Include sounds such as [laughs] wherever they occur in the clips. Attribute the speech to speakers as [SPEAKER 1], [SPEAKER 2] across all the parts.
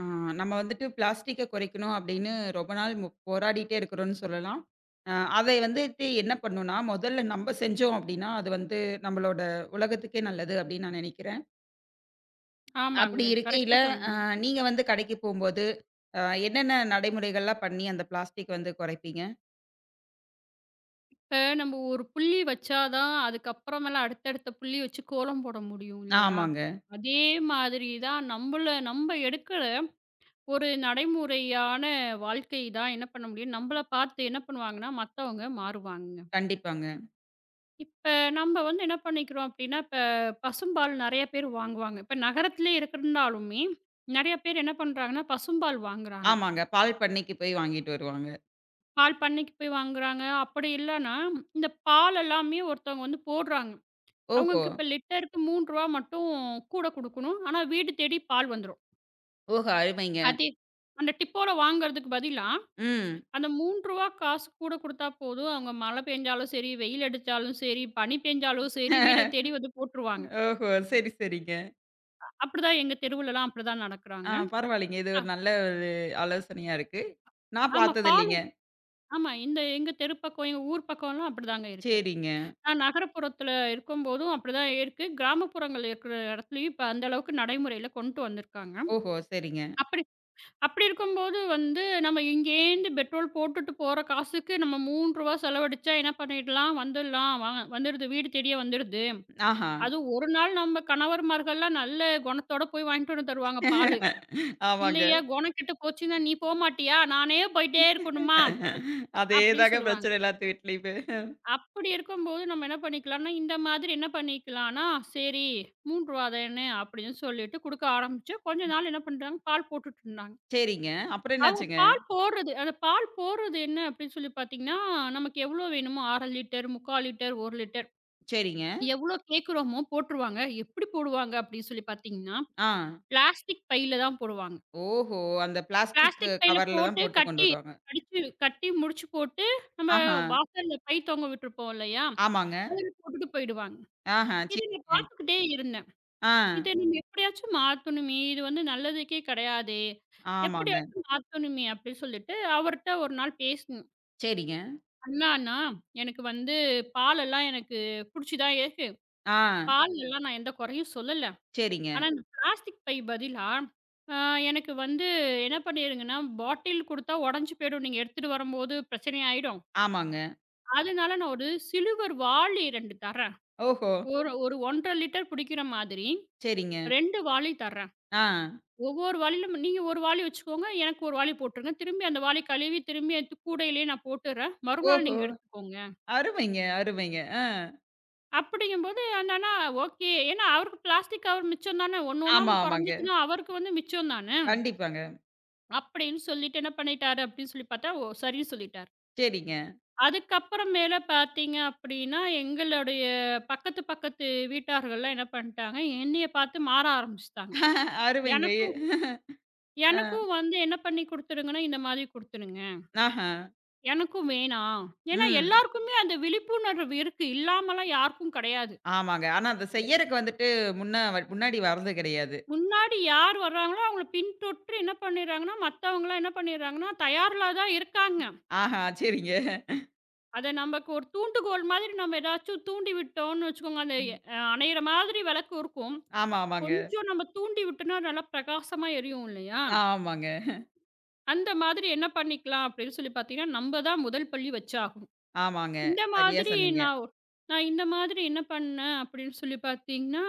[SPEAKER 1] ஆ, நம்ம வந்துட்டு பிளாஸ்டிக்க குறைக்கணும் அப்படின்னு ரொம்ப நாள் போராடிட்டே இருக்கிறோம்னு சொல்லலாம். அ, அதை வந்துட்டு என்ன பண்ணும்னா, முதல்ல நம்ம செஞ்சோம் அப்படின்னா, அது வந்து நம்மளோட உலகத்துக்கே நல்லது அப்படின்னு நான் நினைக்கிறேன். அப்படி
[SPEAKER 2] ஆமாங்க.
[SPEAKER 1] இருக்கையில,
[SPEAKER 2] கரெக்ட்டா
[SPEAKER 1] அ,
[SPEAKER 2] சொன்னீங்க.
[SPEAKER 1] நீங்க வந்து கடைக்கு போகும்போது, அ, என்னென்ன நடைமுறைகள்லாம் பண்ணி அந்த பிளாஸ்டிக் வந்து குறைப்பீங்க?
[SPEAKER 2] இப்ப நம்ம ஒரு புள்ளி வச்சா தான், அதுக்கப்புறமேல அடுத்தடுத்த புள்ளி வச்சு கோலம் போட முடியும் இல்லையா?
[SPEAKER 1] ஆமாங்க.
[SPEAKER 2] அதே மாதிரி தான் நம்ப எடுக்கிற ஒரு நடைமுறையான வாழ்க்கை தான் என்ன பண்ண முடியும், நம்பள பார்த்து என்ன பண்ணுவாங்கன்னா, மத்தவங்க மாறுவாங்கங்க.
[SPEAKER 1] கண்டிப்பாங்க.
[SPEAKER 2] இப்ப நம்ப வந்து என்ன பண்ணிக்கிறோம் அப்டின்னா, இப்ப பசும்பால் நெறைய பேர் வாங்குவாங்க. இப்ப நகரத்திலே இருக்கிறனாலுமே, நெறைய பேர் என்ன பண்றாங்கன்னா, பசும்பால் வாங்குறாங்க.
[SPEAKER 1] ஆமாங்க. பால் பண்ணைக்கு போய் வாங்கிட்டு வருவாங்க.
[SPEAKER 2] பால் பண்ணைக்கு போய் வாங்குறாங்க. அப்படி இல்லன்னா, இந்த பால் எல்லாமே ஒருத்தவங்க வந்து போடுறாங்க.
[SPEAKER 1] ஓஹோ!
[SPEAKER 2] அவங்களுக்கு இப்ப லிட்டருக்கு ரூ. 3 மட்டும் கூட குடுக்கணும். ஆனா வீடு தேடி பால் வந்துரும்.
[SPEAKER 1] ஓஹோ! அருமைங்க.
[SPEAKER 2] அதே அந்த டிப்போல வாங்குறதுக்கு பதிலா,
[SPEAKER 1] ம்.
[SPEAKER 2] அந்த ரூ. 3 காசு கூட குடுத்தா போதும். அவங்க மழை பெஞ்சாலும் சரி, வெயில் அடிச்சாலும் சரி, பனி பெஞ்சாலும் சரி, வீடு
[SPEAKER 1] [laughs]
[SPEAKER 2] தேடி வந்து போட்டுருவாங்க.
[SPEAKER 1] ஓஹோ! சரி, சரிங்க.
[SPEAKER 2] அப்படிதான் எங்க தெருவுலலாம் அப்படிதான்
[SPEAKER 1] ஆ,
[SPEAKER 2] நடக்குறாங்க.
[SPEAKER 1] பரவாயில்லைங்க. இது
[SPEAKER 2] ஆ
[SPEAKER 1] ஒரு நல்ல ஒரு ஆலோசனையா இருக்கு. நான்
[SPEAKER 2] ஆமா.
[SPEAKER 1] பார்த்ததில்லைங்க.
[SPEAKER 2] ஆமா. இந்த எங்க தெரு பக்கம், எங்க ஊர் பக்கம்லாம் அப்படிதாங்க இருக்கு.
[SPEAKER 1] சரிங்க.
[SPEAKER 2] நான் நகரப்புறத்துல இருக்கும்போதும் அப்படிதான் இருக்கு. கிராமப்புறங்கள் இருக்கிற இடத்துலயும் இப்ப அந்த அளவுக்கு நடைமுறையில கொண்டு வந்திருக்காங்க.
[SPEAKER 1] ஓஹோ! சரிங்க.
[SPEAKER 2] அப்படி அப்படி இருக்கும்போது வந்து நம்ம இங்கேருந்து பெட்ரோல் போட்டுட்டு போற காசுக்கு நம்ம ரூ. 3 செலவழிச்சா என்ன பண்ணிடலாம், வந்துடலாம். வந்துடுது வீடு தேடியே வந்துடுது.
[SPEAKER 1] ஆஹா.
[SPEAKER 2] அதுவும் ஒரு நாள் நம்ம கணவர்மார்கள்லாம் நல்ல குணத்தோட போய் வாங்கிட்டு வந்து தருவாங்க பாலு.
[SPEAKER 1] ஆமாங்க.
[SPEAKER 2] இல்லையா குணம் கெட்டு போச்சுன்னா, "நீ போமாட்டியா? நானே போயிட்டே இருக்கணுமா?" அப்படின்னு
[SPEAKER 1] அதேதாங்க
[SPEAKER 2] சொல்லுவாங்க.
[SPEAKER 1] பிரச்சனை எல்லாத்து வீட்லயுமே.
[SPEAKER 2] அப்படி இருக்கும்போது நம்ம என்ன பண்ணிக்கலாம்னா, இந்த மாதிரி என்ன பண்ணிக்கலாம்னா, சரி ரூ. 3 தானே அப்படின்னு சொல்லிட்டு குடுக்க ஆரம்பிச்சு, கொஞ்ச நாள் என்ன பண்றாங்க, பால் போட்டுட்டுருந்தாங்க.
[SPEAKER 1] சரிங்க. அப்புறம்
[SPEAKER 2] அவங்க
[SPEAKER 1] என்னாச்சுங்க?
[SPEAKER 2] பால் போடுறது அந்த பால் போடுறது என்ன அப்படின்னு சொல்லி பார்த்தீங்கன்னா, நமக்கு எவ்வளோ வேணுமோ 1/2 லிட்டர், 3/4 லிட்டர், 1 லிட்டர்
[SPEAKER 1] சரிங்க.
[SPEAKER 2] எவ்வளோ கேட்குறோமோ போட்டுருவாங்க. எப்படி போடுவாங்க அப்படின்னு சொல்லி பார்த்தீங்கன்னா,
[SPEAKER 1] ஆ.
[SPEAKER 2] பிளாஸ்டிக் பையில தான் போடுவாங்க.
[SPEAKER 1] ஓஹோ! அந்த பிளாஸ்டிக்
[SPEAKER 2] பிளாஸ்டிக் பையில
[SPEAKER 1] கவர்ல தான்
[SPEAKER 2] போட்டு
[SPEAKER 1] போட்டு கொண்டு
[SPEAKER 2] கட்டி
[SPEAKER 1] வருவாங்க.
[SPEAKER 2] அடிச்சு கட்டி முடிச்சு போட்டு, நம்ம
[SPEAKER 1] ஆஹா.
[SPEAKER 2] வாசல்ல பை தொங்க விட்டுருப்போம் இல்லையா?
[SPEAKER 1] ஆமாங்க.
[SPEAKER 2] அதில போட்டுட்டு போயிடுவாங்க.
[SPEAKER 1] ஆஹா.
[SPEAKER 2] இத நான்
[SPEAKER 1] சரிங்க.
[SPEAKER 2] பார்த்துக்கிட்டே இருந்தேன்.
[SPEAKER 1] ஆ.
[SPEAKER 2] இத நம்ம எப்படியாச்சும் மாத்தணுமே! இது வந்து நல்லதுக்கே கிடையாதே!
[SPEAKER 1] ஆமாங்க.
[SPEAKER 2] எப்படியாச்சும் மாத்தணுமே! அப்படின்னு சொல்லிட்டு அவர்ட்ட ஒரு நாள் பேசினேன்.
[SPEAKER 1] சரிங்க.
[SPEAKER 2] "அண்ணா, அண்ணா எனக்கு வந்து பாலெல்லாம் எனக்கு புடிச்சு தான் இருக்கு.
[SPEAKER 1] ஆ.
[SPEAKER 2] பால்லலாம் நான் எந்த குறையும் சொல்லல.
[SPEAKER 1] சரிங்க.
[SPEAKER 2] ஆனா இந்த பிளாஸ்டிக் பை பதிலா, அ எனக்கு வந்து என்ன பண்ணிருங்கன்னா, பாட்டில் குடுத்தா உடைஞ்சு போயிடும். நீங்க எடுத்துட்டு வரும்போது பிரச்சனை ஆயிடும்.
[SPEAKER 1] ஆமாங்க.
[SPEAKER 2] அதனால நான் ஒரு சில்வர் வாளி 2 தர்றேன்.
[SPEAKER 1] ஓஹோ!
[SPEAKER 2] ஒரு ஒரு 1 1/2 லிட்டர் பிடிக்கிற மாதிரி
[SPEAKER 1] சரிங்க.
[SPEAKER 2] 2 வாளி தர்றேன்."
[SPEAKER 1] ஆ.
[SPEAKER 2] ஒவ்வொரு வாளிலும் நீங்க ஒரு வாளி வச்சுக்கோங்க. எனக்கு ஒரு வாளி போட்டுருங்க. திரும்பி அந்த வாளி கழுவி திரும்பி அந்த கூடையிலேயே நான் போட்டுர்றேன். மறுநாள்
[SPEAKER 1] ஓஹோ!
[SPEAKER 2] நீங்க எடுத்துக்கோங்க.
[SPEAKER 1] அருமைங்க, அருமைங்க. ஆ.
[SPEAKER 2] அப்படிங்கும்போது அந்த அண்ணா ஓகே. ஏன்னா அவருக்கு பிளாஸ்டிக் கவர் மிச்சம் தானே. ஒண்ணு ஒண்ணா
[SPEAKER 1] ஆமா, ஆமாங்க.
[SPEAKER 2] குறைஞ்சிச்சுன்னா அவருக்கு வந்து மிச்சம் தானே.
[SPEAKER 1] கண்டிப்பாங்க.
[SPEAKER 2] அப்படின்னு சொல்லிட்டு என்ன பண்ணிட்டாரு அப்படின்னு சொல்லி பார்த்தா, ஓ சரின்னு சொல்லிட்டாரு.
[SPEAKER 1] சரிங்க.
[SPEAKER 2] அதுக்கப்புறம் மேல பார்த்தீங்க அப்படின்னா, எங்களுடைய பக்கத்து பக்கத்து வீட்டார்கள்லாம் என்ன பண்ணிட்டாங்க, என்னைய பார்த்து மாற ஆரம்பிச்சுட்டாங்க.
[SPEAKER 1] அருமைங்க.
[SPEAKER 2] எனக்கும்
[SPEAKER 1] அ.
[SPEAKER 2] எனக்கும் வந்து என்ன பண்ணி குடுத்துருங்கன்னா, இந்த மாதிரி குடுத்துருங்க.
[SPEAKER 1] ஆஹா.
[SPEAKER 2] எனக்கும் வேணாம். ஏன்னா,
[SPEAKER 1] ம்.
[SPEAKER 2] எல்லாருக்குமே அந்த விழிப்புணர்வு இருக்கு. இல்லாமலாம் யாருக்கும் கிடையாது.
[SPEAKER 1] ஆமாங்க. ஆனா அத
[SPEAKER 2] எ
[SPEAKER 1] செய்யறக்கு வந்துட்டு முன்ன முன்னாடி வர்றது கிடையாது.
[SPEAKER 2] முன்னாடி யார் வர்றாங்களோ, அவங்கள பின்தொற்று என்ன பண்ணிடுறாங்கன்னா, மத்தவங்கலாம் என்ன பண்ணிடுறாங்கன்னா, தயாரில தான் இருக்காங்க.
[SPEAKER 1] ஆஹா, சரிங்க.
[SPEAKER 2] அத நமக்கு ஒரு தூண்டுகோல் மாதிரி நம்ம ஏதாச்சும் தூண்டி விட்டோம்னு வச்சுக்கோங்க, அந்த எ
[SPEAKER 1] ம்.
[SPEAKER 2] அணையிற மாதிரி விளக்கு இருக்கும்.
[SPEAKER 1] ஆமா, ஆமாங்க.
[SPEAKER 2] கொஞ்சம் நம்ம தூண்டி விட்டோம்னா, நல்லா பிரகாசமா எரியும் இல்லையா?
[SPEAKER 1] ஆமாங்க,
[SPEAKER 2] அந்த மாதிரி என்ன பண்ணிக்கலாம் அப்படின்னு சொல்லி பார்த்தீங்கன்னா, நம்ம தான் முதல் பள்ளி வச்சாகணும்.
[SPEAKER 1] ஆமாங்க.
[SPEAKER 2] இந்த
[SPEAKER 1] சரியா
[SPEAKER 2] மாதிரி
[SPEAKER 1] சொன்னீங்க.
[SPEAKER 2] நான் ஒ நான் இந்த மாதிரி என்ன பண்ணேன் அப்படின்னு சொல்லி பார்த்தீங்கன்னா,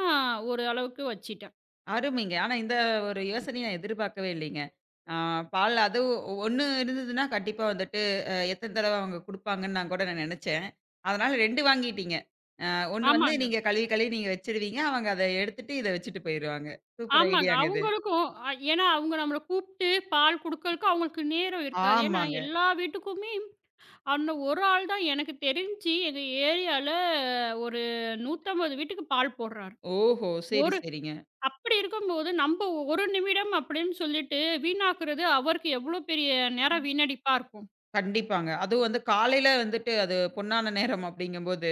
[SPEAKER 2] ஒரு அளவுக்கு வச்சுட்டேன்.
[SPEAKER 1] அருமைங்க. ஆனா இந்த ஒரு யோசனைய நான் எதிர்பார்க்கவே இல்லைங்க. ஆ, பால் அதுவும் 1 இருந்ததுன்னா கண்டிப்பா வந்துட்டு எத்தன தடவ அவங்க குடுப்பாங்கன்னு நான் கூட நான் நெனச்சேன். அதனால 2 வாங்கிட்டீங்க. 1 வந்து
[SPEAKER 2] ஆமாங்க,
[SPEAKER 1] நீங்க கழுவி கழுவி நீங்க வச்சுருவீங்க. அவங்க அத எடுத்துட்டு இத வச்சுட்டு போயிருவாங்க. சூப்பர்
[SPEAKER 2] ஆமாங்க.
[SPEAKER 1] ஐடியாங்க இது.
[SPEAKER 2] அவங்களுக்கும் ஏன்னா அவங்க நம்மள கூப்பிட்டு பால் குடுக்கறதுக்கு அவங்களுக்கு நேரம் இருக்காது. ஏன்னா
[SPEAKER 1] ஆமாங்க.
[SPEAKER 2] எல்லா வீட்டுக்குமே அந்த ஒரு ஆள் தான் எனக்கு தெரிஞ்சு எங்க ஏரியால ஒரு 150 வீட்டுக்கு பால் போடுறாரு.
[SPEAKER 1] ஓஹோ! சரி,
[SPEAKER 2] ஒரு
[SPEAKER 1] சரிங்க.
[SPEAKER 2] அப்படி இருக்கும்போது நம்ப 1 நிமிடம் அப்படின்னு சொல்லிட்டு வீணாக்குறது அவருக்கு எவ்வளோ பெரிய நேரம் வீணடிப்பா இருக்கும்.
[SPEAKER 1] கண்டிப்பாங்க. அதுவும் வந்து காலையில வந்துட்டு அது பொன்னான நேரம் அப்படிங்கும்போது,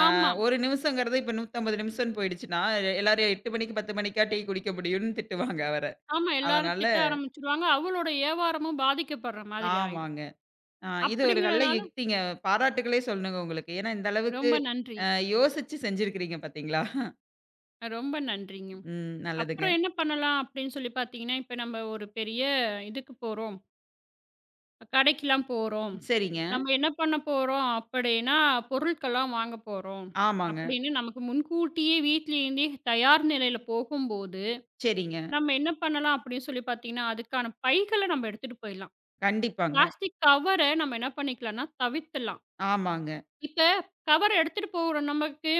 [SPEAKER 2] ஆமா.
[SPEAKER 1] 1 நிமிஷங்கிறது இப்ப 150 நிமிஷம்னு போயிடுச்சுன்னா, எல்லாரும் 8 மணிக்கு 10 மணிக்கா டீ குடிக்க முடியும்னு திட்டுவாங்க அவர.
[SPEAKER 2] ஆமா. எல்லாரும்
[SPEAKER 1] அதனால
[SPEAKER 2] திட்ட ஆரம்பிச்சுருவாங்க. அவளோட வியாபாரமும் பாதிக்கப்படுற மாதிரி ஆயிடும்.
[SPEAKER 1] ஆமாங்க. அ இது ஒரு நல்ல
[SPEAKER 2] அப்படிங்கிறனால
[SPEAKER 1] யுக்திங்க. பாராட்டுக்களே சொல்லணுங்க உங்களுக்கு. ஏன்னா இந்த அளவுக்கு
[SPEAKER 2] ரொம்ப நன்றி.
[SPEAKER 1] அ யோசிச்சு செஞ்சிருக்கிறீங்க பார்த்தீங்களா?
[SPEAKER 2] ரொம்ப நன்றிங்க.
[SPEAKER 1] ம், நல்லதுங்க.
[SPEAKER 2] அப்புறம் என்ன பண்ணலாம் அப்படின்னு சொல்லி பார்த்தீங்கன்னா, இப்ப நம்ம ஒரு பெரிய இதுக்கு போறோம். கடைக்கெல்லாம் போறோம்.
[SPEAKER 1] சரிங்க.
[SPEAKER 2] நம்ம என்ன பண்ண போறோம் அப்படின்னா, பொருட்கள்லாம் வாங்க போறோம்.
[SPEAKER 1] ஆமாங்க.
[SPEAKER 2] அப்படின்னு நமக்கு முன்கூட்டியே வீட்லேருந்தே தயார் நிலையில போகும்போது,
[SPEAKER 1] சரிங்க.
[SPEAKER 2] நம்ம என்ன பண்ணலாம் அப்படின்னு சொல்லி பார்த்தீங்கன்னா, அதுக்கான பைகள நம்ம எடுத்துட்டு போயிடலாம்.
[SPEAKER 1] கண்டிப்பாங்க.
[SPEAKER 2] பிளாஸ்டிக் கவர நம்ம என்ன பண்ணிக்கலாம்னா தவிர்த்துலாம்.
[SPEAKER 1] ஆமாங்க.
[SPEAKER 2] இப்ப கவர் எடுத்துட்டு போறோம் நமக்கு,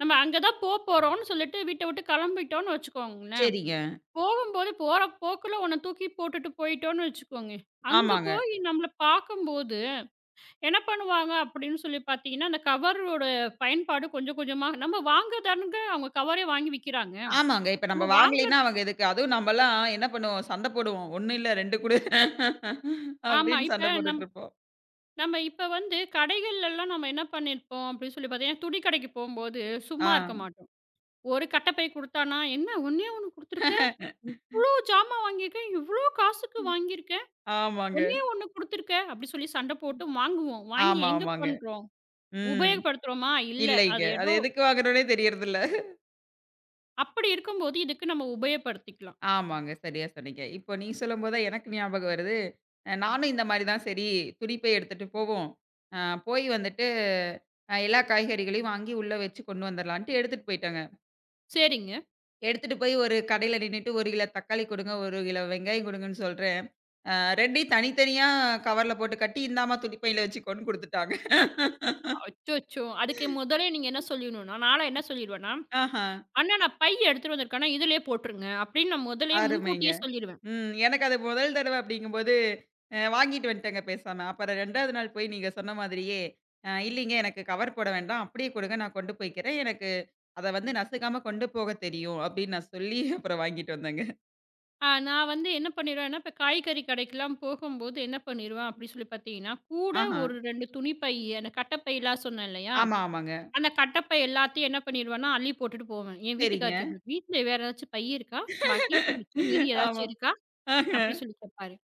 [SPEAKER 2] நம்ம அங்க தான் போறோம்ன்னு சொல்லிட்டு வீட்ட விட்டு கிளம்பிட்டோம்ன்னு வச்சுக்கோங்களேன்.
[SPEAKER 1] சரிங்க.
[SPEAKER 2] போகும்போது போற போக்குல ஒண்ண தூக்கி போட்டுட்டு போயிட்டோம்ன்னு வச்சுக்கோங்க. அங்க
[SPEAKER 1] ஆமாங்க.
[SPEAKER 2] போய் நம்மள பார்க்கும்போது என்ன பண்ணுவாங்க அப்படின்னு சொல்லி பார்த்தீங்கன்னா, அந்த கவரோட பயன்பாடு கொஞ்சம் கொஞ்சமா நம்ம வாங்குறதானுங்க அவங்க கவரே வாங்கி விக்கிறாங்க.
[SPEAKER 1] ஆமாங்க. இப்ப நம்ம
[SPEAKER 2] நம்ம வாங்குற
[SPEAKER 1] வாங்கலைன்னா அவங்க எதுக்கு? அதுவும் நம்மலாம் என்ன பண்ணுவோம்? சண்டை போடுவோம். "ஒண்ணு இல்ல 2 குடு"
[SPEAKER 2] ஆமா.
[SPEAKER 1] அப்படின்னு
[SPEAKER 2] இப்ப
[SPEAKER 1] சண்டை
[SPEAKER 2] நம்
[SPEAKER 1] போட்டுட்டுருப்போம்.
[SPEAKER 2] நம்ம இப்ப வந்து கடைகள்லலாம் நம்ம என்ன பண்ணியிருப்போம் அப்படின்னு சொல்லி பார்த்தீங்கன்னா, துணி கடைக்கு போம்போது சும்மா இருக்க
[SPEAKER 1] ஆ.
[SPEAKER 2] மாட்டோம். ஒரு கட்டப்பை குடுத்தானா, "என்ன ஒண்ணே ஒண்ணு குடுத்துருக்க." ஜாமான் வாங்கியிருக்கேன். இவ்ளோ காசுக்கு வாங்கியிருக்கேன்.
[SPEAKER 1] ஆமாங்க.
[SPEAKER 2] ஒண்ணே ஒண்ணு குடுத்துருக்க." அப்படி சொல்லி சண்டை போட்டு வாங்குவோம். வாங்கி
[SPEAKER 1] ஆமா,
[SPEAKER 2] எங்க
[SPEAKER 1] ஆமாங்க.
[SPEAKER 2] பண்றோம்?
[SPEAKER 1] ம்.
[SPEAKER 2] உபயோகப்படுத்துறோமா? இல்ல.
[SPEAKER 1] இல்லைங்க.
[SPEAKER 2] அது
[SPEAKER 1] அது
[SPEAKER 2] ஏதோ
[SPEAKER 1] எதுக்கு வாங்குறோன்னே தெரியறதில்ல.
[SPEAKER 2] அப்படி இருக்கும்போது இதுக்கு நம்ம உபயோகப்படுத்திக்கலாம்.
[SPEAKER 1] ஆமாங்க. சரியா சொன்னீங்க. இப்போ நீங்க சொல்லும்போது தான் எனக்கு ஞாபகம் வருது. நானும் இந்த மாரி தான். சரி, துணிப்பை எடுத்துட்டு போவோம். அ போய் வந்துட்டு எல்லா காய்கறிகளையும் வாங்கி உள்ள வச்சு கொண்டு வந்துரலான்ட்டு எடுத்துட்டு போயிட்டேங்க.
[SPEAKER 2] சரிங்க.
[SPEAKER 1] எடுத்துட்டு போய் ஒரு கடையில நின்னுட்டு, 1 கிலோ தக்காளி கொடுங்க, 1 கிலோ வெங்காயம் கொடுங்கன்னு சொல்றேன். அ 2யும் தனித்தனியா கவர்ல போட்டு கட்டி, இந்தாம்மா துணிப்பையில வச்சுக்கோன்னு குடுத்துட்டாங்க.
[SPEAKER 2] அச்சச்சோ! அதுக்கு முதலே நீங்க என்ன சொல்லிடணும்னா, நான்லாம் என்ன சொல்லிடுவேன்னா,
[SPEAKER 1] ஆஹா,
[SPEAKER 2] "அண்ணா நான் பை எடுத்துட்டு வந்திருக்கேன்னா, இதிலயே போட்டுருங்க." அப்படின்னு நான் முதல்லயே
[SPEAKER 1] அருமைங்க.
[SPEAKER 2] முன்கூட்டியே சொல்லிருவேன்.
[SPEAKER 1] ம். எனக்கு அது முதல் தடவ அப்படிங்கும்போது, வாங்கிட்டு வந்துட்டேங்க பேசாம. அப்புறம் 2வது நாள் போய் நீங்க சொன்ன மாதிரியே, இல்லைங்க எனக்கு கவர் போட வேண்டாம். அப்படியே கொடுங்க, நான் கொண்டு போய்க்கிறேன். எனக்கு அத வந்து நசுக்காம கொண்டு போக தெரியும் அப்படின்னு நான் சொல்லி, அப்புறம் வாங்கிட்டு வந்தேங்க.
[SPEAKER 2] நான் வந்து என்ன பண்ணிருவேன்னா, இப்ப காய்கறி கடைக்கெல்லாம் போகும்போது என்ன பண்ணிருவேன் அப்படி சொல்லி பார்த்தீங்கன்னா, கூட
[SPEAKER 1] ஆஹா.
[SPEAKER 2] ஒரு 2 துணி பை அந்த கட்டப்பைலாம் சொன்னேன் இல்லையா?
[SPEAKER 1] ஆமா, ஆமாங்க.
[SPEAKER 2] அந்த கட்டப்பை எல்லாத்தையும் என்ன பண்ணிருவேன்னா, அள்ளி போட்டுட்டு போவேன். என் வீட்டுக்காரரு
[SPEAKER 1] சரிங்க.
[SPEAKER 2] கேட்பாரு, "வீட்ல வேற ஏதாச்சும் பை இருக்கா? பாக்கி மிச்சம் மீதி
[SPEAKER 1] ஆமா.
[SPEAKER 2] ஏதாச்சும் இருக்கா?"
[SPEAKER 1] ஆஹ.
[SPEAKER 2] அப்படி சொல்லி கேட்பாரு.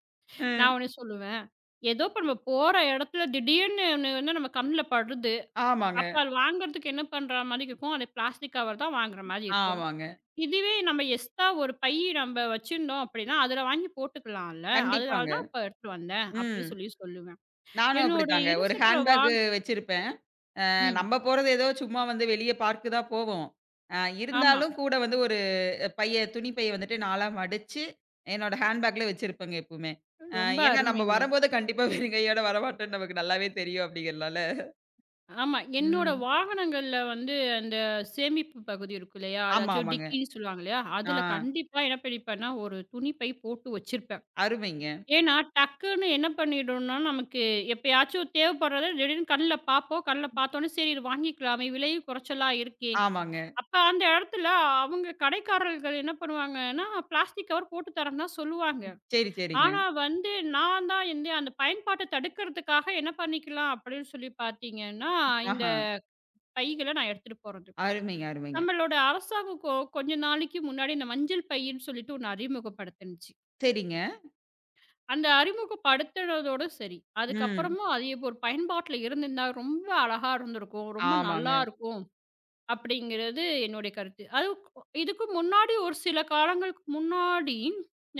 [SPEAKER 2] நான்
[SPEAKER 1] ம்.
[SPEAKER 2] உடனே சொல்லுவேன், "ஏதோ இப்ப நம்ம போற இடத்துல திடீர்னு ஒண்ணு வந்து நம்ம கண்ணுல படுது.
[SPEAKER 1] ஆமாங்க,
[SPEAKER 2] அப்ப அது வாங்குறதுக்கு என்ன பண்ற மாரி இருக்கும், அது பிளாஸ்டிக் கவர் தான் வாங்குற மாரி இருக்கும்.
[SPEAKER 1] ஆமாங்க.
[SPEAKER 2] இதுவே நம்ம எக்ஸ்ட்ரா ஒரு பை நம்ம வச்சிருந்தோம் அப்படின்னா, அதுல வாங்கி போட்டுக்கலாம்ல. அதனால
[SPEAKER 1] கண்டிப்பாங்க.
[SPEAKER 2] தான் இப்ப எடுத்துட்டு வந்தேன்." அப்படின்னு
[SPEAKER 1] ம்.
[SPEAKER 2] சொல்லி சொல்லுவேன்.
[SPEAKER 1] நானும்
[SPEAKER 2] என்னுடைய
[SPEAKER 1] அப்படித்தாங்க. ஒரு
[SPEAKER 2] இருசக்கர
[SPEAKER 1] ஹேண்ட் பேக்
[SPEAKER 2] வாகன்
[SPEAKER 1] வச்சிருப்பேன்.
[SPEAKER 2] ம்.
[SPEAKER 1] நம்ம போறது ஏதோ சும்மா வந்து வெளிய பார்க்கு தான் போவோம். அ
[SPEAKER 2] ஆமா.
[SPEAKER 1] இருந்தாலும் கூட வந்து ஒரு துணி பைய வந்துட்டு நான்லாம் மடிச்சு, என்னோட ஹேண்ட் பேக்ல வச்சிருப்பேங்க எப்பவுமே. அ
[SPEAKER 2] ரொம்ப
[SPEAKER 1] ஏன்னா நம்ம
[SPEAKER 2] அருமைங்க.
[SPEAKER 1] வரும்போது கண்டிப்பா வெறும் கையோட வரமாட்டோம்ன்னு நமக்கு நல்லாவே தெரியும் அப்படிங்கிறனால.
[SPEAKER 2] ஆமா. என்னோட
[SPEAKER 1] ம்.
[SPEAKER 2] வாகனங்கள்ல வந்து அந்த சேமிப்பு பகுதி இருக்கும் இல்லையா?
[SPEAKER 1] ஆமா,
[SPEAKER 2] அதாச்சும்
[SPEAKER 1] ஆமாங்க.
[SPEAKER 2] டிக்கின்னு சொல்லுவாங்க இல்லையா?
[SPEAKER 1] ஆ,
[SPEAKER 2] அதுல கண்டிப்பா என்ன பண்ணிப்பேன்னா, ஒரு துணிப்பை போட்டு வச்சிருப்பேன்.
[SPEAKER 1] அருமைங்க.
[SPEAKER 2] ஏன்னா, டக்குன்னு என்ன பண்ணிடும்னா, நமக்கு எப்பயாச்சும் தேவைப்படுறத திடீர்னு கண்ல பார்ப்போம். கண்ல பார்த்தோனே, "சரி இது வாங்கிக்கலாமே, விலையும் குறைச்சலா இருக்கே."
[SPEAKER 1] ஆமாங்க.
[SPEAKER 2] அப்ப அந்த இடத்துல அவங்க கடைக்காரர்கள் என்ன பண்ணுவாங்கன்னா, பிளாஸ்டிக் கவர் போட்டு தரேன்னு தான் சொல்லுவாங்க.
[SPEAKER 1] சரி, சரிங்க.
[SPEAKER 2] ஆனா வந்து, நான் தான் வந்து அந்த பயன்பாட்ட தடுக்கிறதுக்காக என்ன பண்ணிக்கலாம் அப்படின்னு சொல்லி பார்த்தீங்கன்னா, இந்த
[SPEAKER 1] ஆஹா.
[SPEAKER 2] பைகள நான் எடுத்துட்டு போறது.
[SPEAKER 1] அருமைங்க, அருமைங்க.
[SPEAKER 2] நம்மளோட அரசாங்கம் கொஞ்ச நாளைக்கு முன்னாடி இந்த மஞ்சள் பைன்னு சொல்லிட்டு ஒண்ணு அறிமுகப்படுத்துனுச்சு.
[SPEAKER 1] சரிங்க.
[SPEAKER 2] அந்த அறிமுகப்படுத்துனதோட சரி.
[SPEAKER 1] ம்.
[SPEAKER 2] அதுக்கப்புறமும் அது இப்போ ஒரு பயன்பாட்டுல இருந்திருந்தா ரொம்ப அழகா இருந்திருக்கும். ரொம்ப நல்லா
[SPEAKER 1] ஆமாங்க.
[SPEAKER 2] இருக்கும் அப்படிங்கிறது என்னுடைய கருத்து. அது இதுக்கு முன்னாடி ஒரு சில காலங்களுக்கு முன்னாடி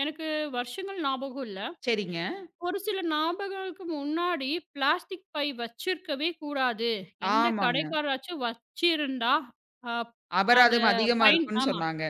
[SPEAKER 2] எனக்கு வருஷங்கள் ஞாபகம் இல்ல.
[SPEAKER 1] சரிங்க.
[SPEAKER 2] ஒரு சில ஞாபகங்களுக்கு முன்னாடி பிளாஸ்டிக் பை வச்சிருக்கவே கூடாது. எந்த
[SPEAKER 1] ஆமாங்க.
[SPEAKER 2] கடைக்காரராச்சும் வச்சிருந்தா, அ அத
[SPEAKER 1] அபராதம் அதிகமா
[SPEAKER 2] ஃபைன்
[SPEAKER 1] இருக்கும்ன்னு
[SPEAKER 2] ஆமா
[SPEAKER 1] சொன்னாங்க.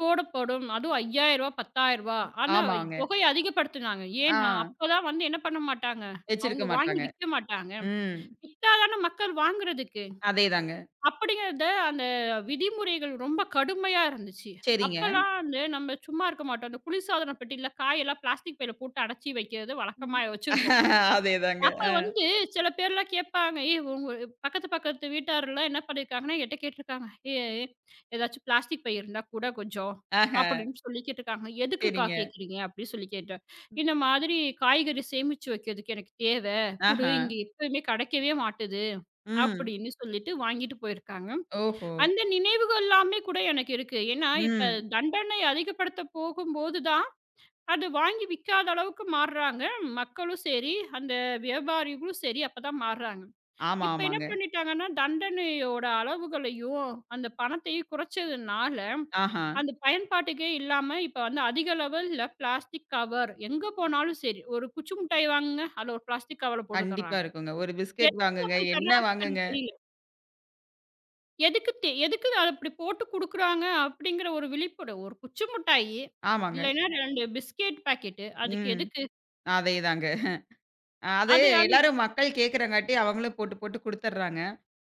[SPEAKER 2] போடப்படும். அதுவும் ரூ. 5,000 ரூ. 10,000 ஆனா
[SPEAKER 1] ஆமாங்க.
[SPEAKER 2] தொகைய அதிகப்படுத்துனாங்க. ஏன்னா,
[SPEAKER 1] ஆ.
[SPEAKER 2] அப்பதான் வந்து என்ன பண்ண மாட்டாங்க, அவங்க
[SPEAKER 1] வச்சிருக்க
[SPEAKER 2] வாங்கி
[SPEAKER 1] மாட்டாங்க.
[SPEAKER 2] விக்க மாட்டாங்க.
[SPEAKER 1] ம்.
[SPEAKER 2] வித்தா தான மக்கள் வாங்குறதுக்கு.
[SPEAKER 1] அதேதாங்க.
[SPEAKER 2] அப்படிங்கிறத அந்த விதிமுறைகள் ரொம்ப கடுமையா இருந்துச்சு.
[SPEAKER 1] சரிங்க.
[SPEAKER 2] அப்பலாம் வந்து நம்ம சும்மா இருக்க மாட்டோம். அந்த குளிர்சாதன பெட்டியில காயெல்லாம் பிளாஸ்டிக் பையில போட்டு அடைச்சி வைக்கிறது
[SPEAKER 1] [laughs] ம்.
[SPEAKER 2] வழக்கமா வச்சிருப்போம்.
[SPEAKER 1] அதேதாங்க.
[SPEAKER 2] அப்ப
[SPEAKER 1] அ.
[SPEAKER 2] வந்து சில பேர்லாம் கேட்பாங்க. ஏய் உங்க பக்கத்து பக்கத்து வீட்டார்லாம் என்ன பண்ணியிருக்காங்கன்னா, என்ட்ட கேட்டுருக்காங்க. "ஏய் ஏதாச்சும் பிளாஸ்டிக் பை இருந்தா குடேன் கொஞ்சம்"
[SPEAKER 1] ஆஹ.
[SPEAKER 2] அப்படின்னு சொல்லி கேட்டுருக்காங்க. "எதுக்குக்கா
[SPEAKER 1] சரிங்க.
[SPEAKER 2] கேட்குறீங்க?" அப்படின்னு சொல்லி கேட்டேன். "இந்த மாதிரி காய்கறி சேமிச்சு வைக்கிறதுக்கு எனக்கு தேவை. குடு
[SPEAKER 1] ஆஹா.
[SPEAKER 2] இங்க எப்பயுமே கிடைக்கவே மாட்டுது."
[SPEAKER 1] ம்.
[SPEAKER 2] அப்படின்னு சொல்லிட்டு வாங்கிட்டு போயிருக்காங்க.
[SPEAKER 1] ஓஹோ!
[SPEAKER 2] அந்த நினைவுகள் எல்லாமே கூட எனக்கு இருக்கு. ஏன்னா, இப்ப
[SPEAKER 1] ம்.
[SPEAKER 2] தண்டனை அதிகப்படுத்த போகும்போது தான் அது வாங்கி விக்காத அளவுக்கு மாறுறாங்க. மக்களும் சரி, அந்த வியாபாரிகளும் சரி அப்பதான் மாறுறாங்க.
[SPEAKER 1] ஆமா,
[SPEAKER 2] இப்ப என்ன
[SPEAKER 1] ஆமாங்க.
[SPEAKER 2] பண்ணிட்டாங்கன்னா, தண்டனையோட அளவுகளையும், அந்த பணத்தையும் குறைச்சதுனால,
[SPEAKER 1] ஆஹா.
[SPEAKER 2] அந்த பயன்பாட்டுக்கே இல்லாம இப்ப வந்து அதிக லெவல்ல பிளாஸ்டிக் கவர் எங்க போனாலும் சரி, ஒரு குச்சி மிட்டாய் வாங்குங்க, அதுல ஒரு பிளாஸ்டிக் கவர்ல போட்டு
[SPEAKER 1] கண்டிப்பா
[SPEAKER 2] தர்றாங்க.
[SPEAKER 1] இருக்குங்க. ஒரு பிஸ்கட்
[SPEAKER 2] எதுக்கு
[SPEAKER 1] வாங்குங்க,
[SPEAKER 2] அப்படி
[SPEAKER 1] என்ன
[SPEAKER 2] தர்றாங்கன்னு
[SPEAKER 1] வாங்குங்க.
[SPEAKER 2] எனக்கு தெரியல. எதுக்கு அத அப்படி போட்டு குடுக்குறாங்க அப்படிங்கிற ஒரு விழிப்புணர்வு. ஒரு குச்சி மிட்டாயி,
[SPEAKER 1] ஆமாங்க.
[SPEAKER 2] இல்லைன்னா 2 பிஸ்கெட் பாக்கெட்டு அதுக்கு
[SPEAKER 1] ம்.
[SPEAKER 2] எதுக்கு?
[SPEAKER 1] அதேதாங்க. அது
[SPEAKER 2] அது அந்
[SPEAKER 1] எல்லாரும் மக்கள் கேட்கறங்காட்டி அவங்களும் போட்டு, போட்டு குடுத்துடுறாங்க.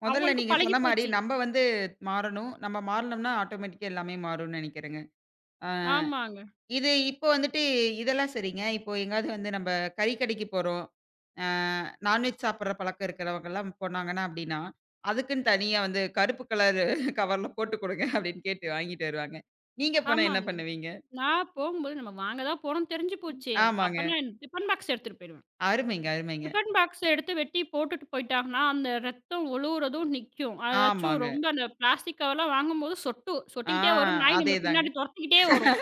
[SPEAKER 1] முதல்ல
[SPEAKER 2] அவங்களுக்கும்
[SPEAKER 1] நீங்க
[SPEAKER 2] பழகி
[SPEAKER 1] சொன்ன மாரி
[SPEAKER 2] போச்சு.
[SPEAKER 1] நம்ம வந்து மாறணும். நம்ம மாறுனோம்னா ஆட்டோமேட்டிக்கா எல்லாமே மாறும்னு நெனைக்கிறேங்க. ஆ.
[SPEAKER 2] ஆமாங்க,
[SPEAKER 1] இது இப்போ வந்துட்டு இதெல்லாம் சரிங்க. இப்போ எங்கேயாவது வந்து நம்ம கறி கடைக்கு போறோம். அ நான்வெஜ் சாப்பிடுற பழக்கம் இருக்கிறவங்கலாம் போனாங்கன்னா அப்படின்னா, அதுக்குன்னு தனியா வந்து கருப்பு கலரு கவர்ல போட்டு குடுங்க அப்படின்னு கேட்டு வாங்கிட்டு வருவாங்க. நீங்க போனா என்ன
[SPEAKER 2] ஆமாங்க.
[SPEAKER 1] பண்ணுவீங்க?
[SPEAKER 2] நான் போகும்போது நம்ம வாங்க தான் போறோம்ன்னு தெரிஞ்சு போச்சே! அப்ப
[SPEAKER 1] ஆமாங்க.
[SPEAKER 2] நான் டிஃபன் பாக்ஸ் எடுத்துட்டு போயிடுவேன்.
[SPEAKER 1] அருமைங்க, அருமைங்க.
[SPEAKER 2] டிஃபன் பாக்ஸ எடுத்து வெட்டி போட்டுட்டு போயிட்டாங்கன்னா, அந்த ரத்தம் ஒழுவுறதும் நிக்கும். அதாச்சும்
[SPEAKER 1] ஆமாங்க.
[SPEAKER 2] ரொம்ப அந்த பிளாஸ்டிக் கவர்லாம் வாங்கும்போது சொட்டும்.
[SPEAKER 1] ஆ,
[SPEAKER 2] சொட்டிக்கிட்டே வரும். நாய் நம்மள
[SPEAKER 1] அதேதாங்க.
[SPEAKER 2] பின்னாடி தொரத்திக்கிட்டே வரும்.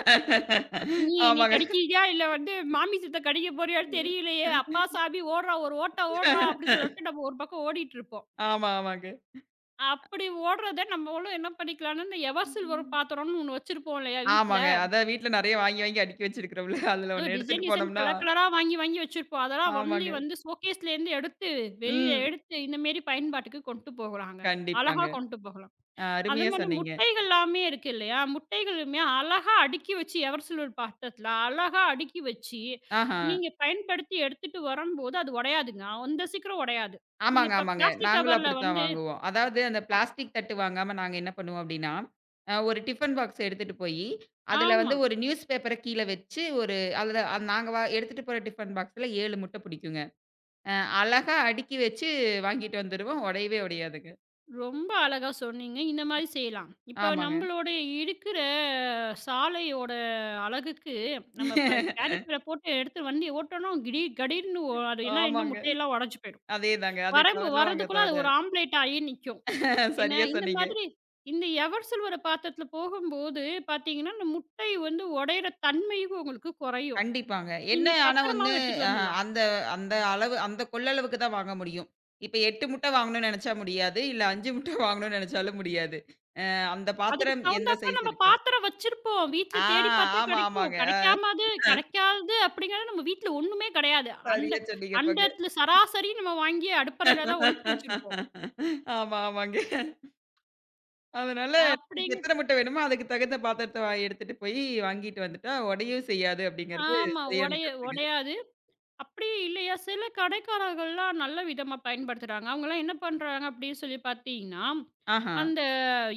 [SPEAKER 2] "நீ நீ
[SPEAKER 1] ஆமாங்க.
[SPEAKER 2] கடிக்கிறியா? இல்ல வந்து மாமி சித்த கடிக்க போறியான்னு தெரியலையே! அப்பா சாமி ஓடுறா! ஒரு ஓட்ட ஓடுறா!" அப்படின்னு சொல்லிட்டு நம்ம ஒரு பக்கம் ஓடிட்டுருப்போம்.
[SPEAKER 1] ஆமா, ஆமாங்க.
[SPEAKER 2] அப்படி ஓடுறத நம்மளும் என்ன பண்ணிக்கலாம்னா, இந்த எவர்சில்வர் பாத்திரம்ன்னு ஒண்ணு வச்சிருப்போம் இல்லையா வீட்ல?
[SPEAKER 1] ஆமாங்க. அதான் வீட்ல நெறைய வாங்கி வாங்கி அடுக்கி வச்சிருக்கிறோம்ல. அதுல
[SPEAKER 2] அதுவும்
[SPEAKER 1] ஒண்ணு எடுத்துட்டு
[SPEAKER 2] டிசைன் டிசைன்
[SPEAKER 1] போனோம்னா
[SPEAKER 2] கலர் கலரா வாங்கி வாங்கி வச்சிருப்போம். அதெல்லாம் ஒன்லி
[SPEAKER 1] ஆமாங்க.
[SPEAKER 2] வந்து ஷோகேஸ்லேருந்து எடுத்து, வெளியில
[SPEAKER 1] ம்.
[SPEAKER 2] எடுத்து இந்த மேரி பயன்பாட்டுக்கு கொண்டு போகலாங்க. அழகா
[SPEAKER 1] கண்டிப்பாங்க.
[SPEAKER 2] கொண்டு போகலாம்.
[SPEAKER 1] ஆ,
[SPEAKER 2] அது
[SPEAKER 1] அருமையா
[SPEAKER 2] மாரி
[SPEAKER 1] சொன்னீங்க.
[SPEAKER 2] முட்டைகள்லாமே இருக்கு இல்லையா? முட்டைகளுமே அழகா அடுக்கி வச்சு எவர்சில்வர் பாத்திரத்துல அழகா அடுக்கி வச்சு,
[SPEAKER 1] ஆஹா.
[SPEAKER 2] நீங்க பயன்படுத்தி எடுத்துட்டு வரம்போது அது உடையாதுங்க. அந்த சீக்கிரம் உடையாது. நீங்க
[SPEAKER 1] ஆமாங்க,
[SPEAKER 2] இப்ப
[SPEAKER 1] ஆமாங்க.
[SPEAKER 2] பிளாஸ்டிக்
[SPEAKER 1] நாங்களும்
[SPEAKER 2] கவர்ல
[SPEAKER 1] அப்படித்தான்
[SPEAKER 2] வந்து
[SPEAKER 1] வாங்குவோம். அதாவது அந்த பிளாஸ்டிக் தட்டு வாங்காம நாங்க என்ன பண்ணுவோம் அப்படின்னா, ஒரு டிஃபன் பாக்ஸ் எடுத்துட்டு போயி, அதுல வந்து
[SPEAKER 2] ஆமா.
[SPEAKER 1] ஒரு நியூஸ் பேப்பர கீழ வச்சு, ஒரு அதுல அந்த நாங்க எடுத்துட்டு போற டிஃபன் பாக்ஸ்ல 7 முட்டை பிடிக்குங்க. அ அழகா அடுக்கி வச்சு வாங்கிட்டு வந்துருவோம். உடையவே உடையாதுங்க.
[SPEAKER 2] ரொம்ப அழகா சொன்னீங்க. இந்த மாரி செய்யலாம். இப்ப
[SPEAKER 1] ஆமாங்க.
[SPEAKER 2] நம்மளோட இருக்கிற சாலையோட அழகுக்கு நம்ம இப்ப கேரி
[SPEAKER 1] [laughs]
[SPEAKER 2] பேக் போட்டு எடுத்து வண்டி ஓட்டணும். கிடீர் கடீர்ன்னு ஒ அது என்ன இன்னும்
[SPEAKER 1] ஆமாங்க.
[SPEAKER 2] முட்டையெல்லாம் உடைஞ்சு போயிடும்.
[SPEAKER 1] அதேதாங்க. அது
[SPEAKER 2] வரம்பு
[SPEAKER 1] கவர்ல வாங்குறத
[SPEAKER 2] வரதுக்குள்ள அது
[SPEAKER 1] விட
[SPEAKER 2] ஒரு ஆம்ப்லேட் ஆகி நிக்கும்.
[SPEAKER 1] [laughs]
[SPEAKER 2] ஏன்னா,
[SPEAKER 1] சரியா
[SPEAKER 2] இந்த
[SPEAKER 1] சொன்னீங்க.
[SPEAKER 2] மாதிரி இந்த எவர் சில்வர் பாத்திரத்தில போகும்போது பார்த்தீங்கன்னா, இந்த முட்டை வந்து உடையிற தன்மையும் உங்களுக்கு குறையும்.
[SPEAKER 1] கண்டிப்பாங்க. என்ன
[SPEAKER 2] நீங்க
[SPEAKER 1] ஆனா வந்து
[SPEAKER 2] பத்திரமாவும் எடுத்துட்டு
[SPEAKER 1] அ
[SPEAKER 2] வந்துடலாம்.
[SPEAKER 1] அந்த அந்த அளவு அந்த கொள்ளளவுக்கு தான் வாங்க முடியும். இப்ப 8 முட்ட வாங்கணும்னு நெனச்சா முடியாது. இல்ல 5 முட்ட [laughs] வாங்கணும்னு நெனச்சாலும் முடியாது. அந்த
[SPEAKER 2] அதுக்கு
[SPEAKER 1] பாத்திரம் எந்த
[SPEAKER 2] தகுந்தாப்ல
[SPEAKER 1] சைஸ்
[SPEAKER 2] நம்ம
[SPEAKER 1] இருக்கோ.
[SPEAKER 2] பாத்திரம் வச்சிருப்போம். வீட்ல
[SPEAKER 1] ஆ,
[SPEAKER 2] தேடி பார்த்தா
[SPEAKER 1] ஆமா,
[SPEAKER 2] கெடைக்கும்.
[SPEAKER 1] ஆமாங்க.
[SPEAKER 2] கெடைக்காமது கெடைக்காது அப்படிங்கிறது நம்ம வீட்ல ஒண்ணுமே கெடையாது.
[SPEAKER 1] சரியா
[SPEAKER 2] அண்ட
[SPEAKER 1] சொன்னீங்க போங்க.
[SPEAKER 2] அண்டத்தில சராசரி நம்ம வாங்கி அடுப்பறையில தான் ஒளிச்சு வச்சிருப்போம்.
[SPEAKER 1] [laughs] ஆமா, ஆமாங்க. அதனால நமக்கு
[SPEAKER 2] அப்படிங்க
[SPEAKER 1] எத்தன முட்ட வேணுமோ அதுக்கு தகுந்த பாத்திரத்த எடுத்துட்டு போய் வாங்கிட்டு வந்துட்டா உடையவும் செய்யாது அப்படிங்கிறது
[SPEAKER 2] ஆமா.
[SPEAKER 1] சரியான கருத்துங்க.
[SPEAKER 2] ஒடையாது. அப்படி இல்லையா, சில கடைக்காரர்கள்லாம் நல்ல விதமா பயன்படுத்துறாங்க. அவங்கலாம் என்ன பண்றாங்க அப்படின்னு சொல்லி பார்த்தீங்கன்னா,
[SPEAKER 1] ஆஹா.
[SPEAKER 2] அந்த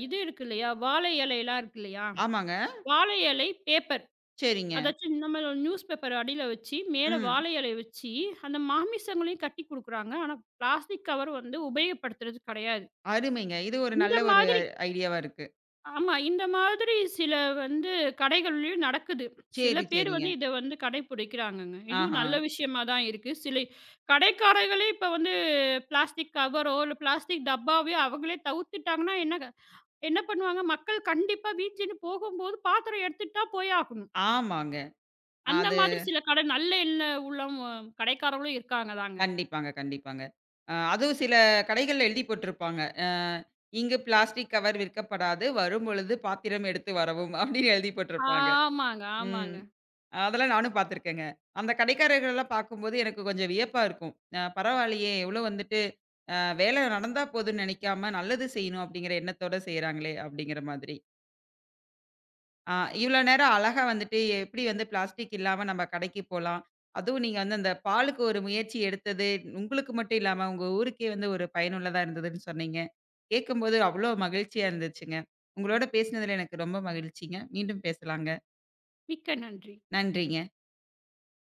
[SPEAKER 2] இது இருக்கு இல்லையா, வாழை இலைலாம் இருக்கு இல்லையா,
[SPEAKER 1] ஆமாங்க.
[SPEAKER 2] வாழை இலை பேப்பர்
[SPEAKER 1] சரிங்க.
[SPEAKER 2] அதாச்சும் நம்ம நியூஸ் பேப்பர் அடியில வச்சு, மேல
[SPEAKER 1] ம்.
[SPEAKER 2] வாழை இலைய வச்சு, அந்த மாமிசங்களையும் கட்டி குடுக்குறாங்க. ஆனா, பிளாஸ்டிக் கவர் வந்து உபயோகப்படுத்துறது கெடையாது.
[SPEAKER 1] அருமைங்க. இது ஒரு
[SPEAKER 2] இந்த
[SPEAKER 1] நல்ல ஒரு
[SPEAKER 2] மாதிரி
[SPEAKER 1] ஐடியாவா இருக்கு.
[SPEAKER 2] ஆமா. இந்த மாதிரி சில வந்து கடைகள்லயும் நடக்குது. சில
[SPEAKER 1] சரி,
[SPEAKER 2] பேர்
[SPEAKER 1] சரிங்க.
[SPEAKER 2] வந்து இத வந்து கடைபிடிக்கிறாங்கங்க. இதுவும்
[SPEAKER 1] ஆஹா!
[SPEAKER 2] நல்ல விஷயமா தான் இருக்கு. சில கடைக்காரர்களே இப்ப வந்து பிளாஸ்டிக் கவரோ, இல்ல பிளாஸ்டிக் டப்பாவையோ அவங்களே தவிர்த்துட்டாங்கன்னா, என்ன என்ன பண்ணுவாங்க? மக்கள் கண்டிப்பா வீட்லேருந்து போகும்போது பாத்திரம் எடுத்துட்டு தான் போய் ஆகணும்.
[SPEAKER 1] ஆமாங்க.
[SPEAKER 2] அந்த
[SPEAKER 1] அது
[SPEAKER 2] மாதிரி சில கடை நல்ல எண்ண உள்ளம் கடைக்காரங்களும் இருக்காங்க தாங்க.
[SPEAKER 1] கண்டிப்பாங்க, கண்டிப்பாங்க. அதுவும் சில கடைகள்ல எழுதி போட்டுருப்பாங்க. இங்கு பிளாஸ்டிக் கவர் விற்கப்படாது. வரும்பொழுது பாத்திரம் எடுத்து வரவும் அப்படின்னு எழுதி போட்டுருப்பாங்க.
[SPEAKER 2] ஆமாங்க,
[SPEAKER 1] ம்.
[SPEAKER 2] ஆமாங்க.
[SPEAKER 1] அதெல்லாம் நானும் பார்த்துருக்கேங்க. அந்த கடைக்காரர்கள்லாம் பார்க்கும்போது எனக்கு கொஞ்சம் வியப்பா இருக்கும். அ பரவாயில்லையே! எவ்வளோ வந்துட்டு வேலை நடந்தா போதும்னு நினைக்காம நல்லது செய்யணும் அப்படிங்கிற எண்ணத்தோட செய்றாங்களே அப்படிங்கிற மாதிரி. ஆ, இவ்வளோ நேரம் அழகா வந்துட்டு எப்படி வந்து பிளாஸ்டிக் இல்லாம நம்ம கடைக்கு போலாம். அதுவும் நீங்க வந்து அந்த பாலுக்கு ஒரு முயற்சி எடுத்தது, உங்களுக்கு மட்டும் இல்லாம உங்க ஊருக்கே வந்து ஒரு பயனுள்ளதா இருந்ததுன்னு சொன்னீங்க. கேட்கும்போது அவ்வளோ மகிழ்ச்சியா இருந்துச்சுங்க. உங்களோட பேசினதுல எனக்கு ரொம்ப மகிழ்ச்சிங்க. மீண்டும் பேசலாங்க.
[SPEAKER 2] மிக்க நன்றி.
[SPEAKER 1] நன்றிங்க.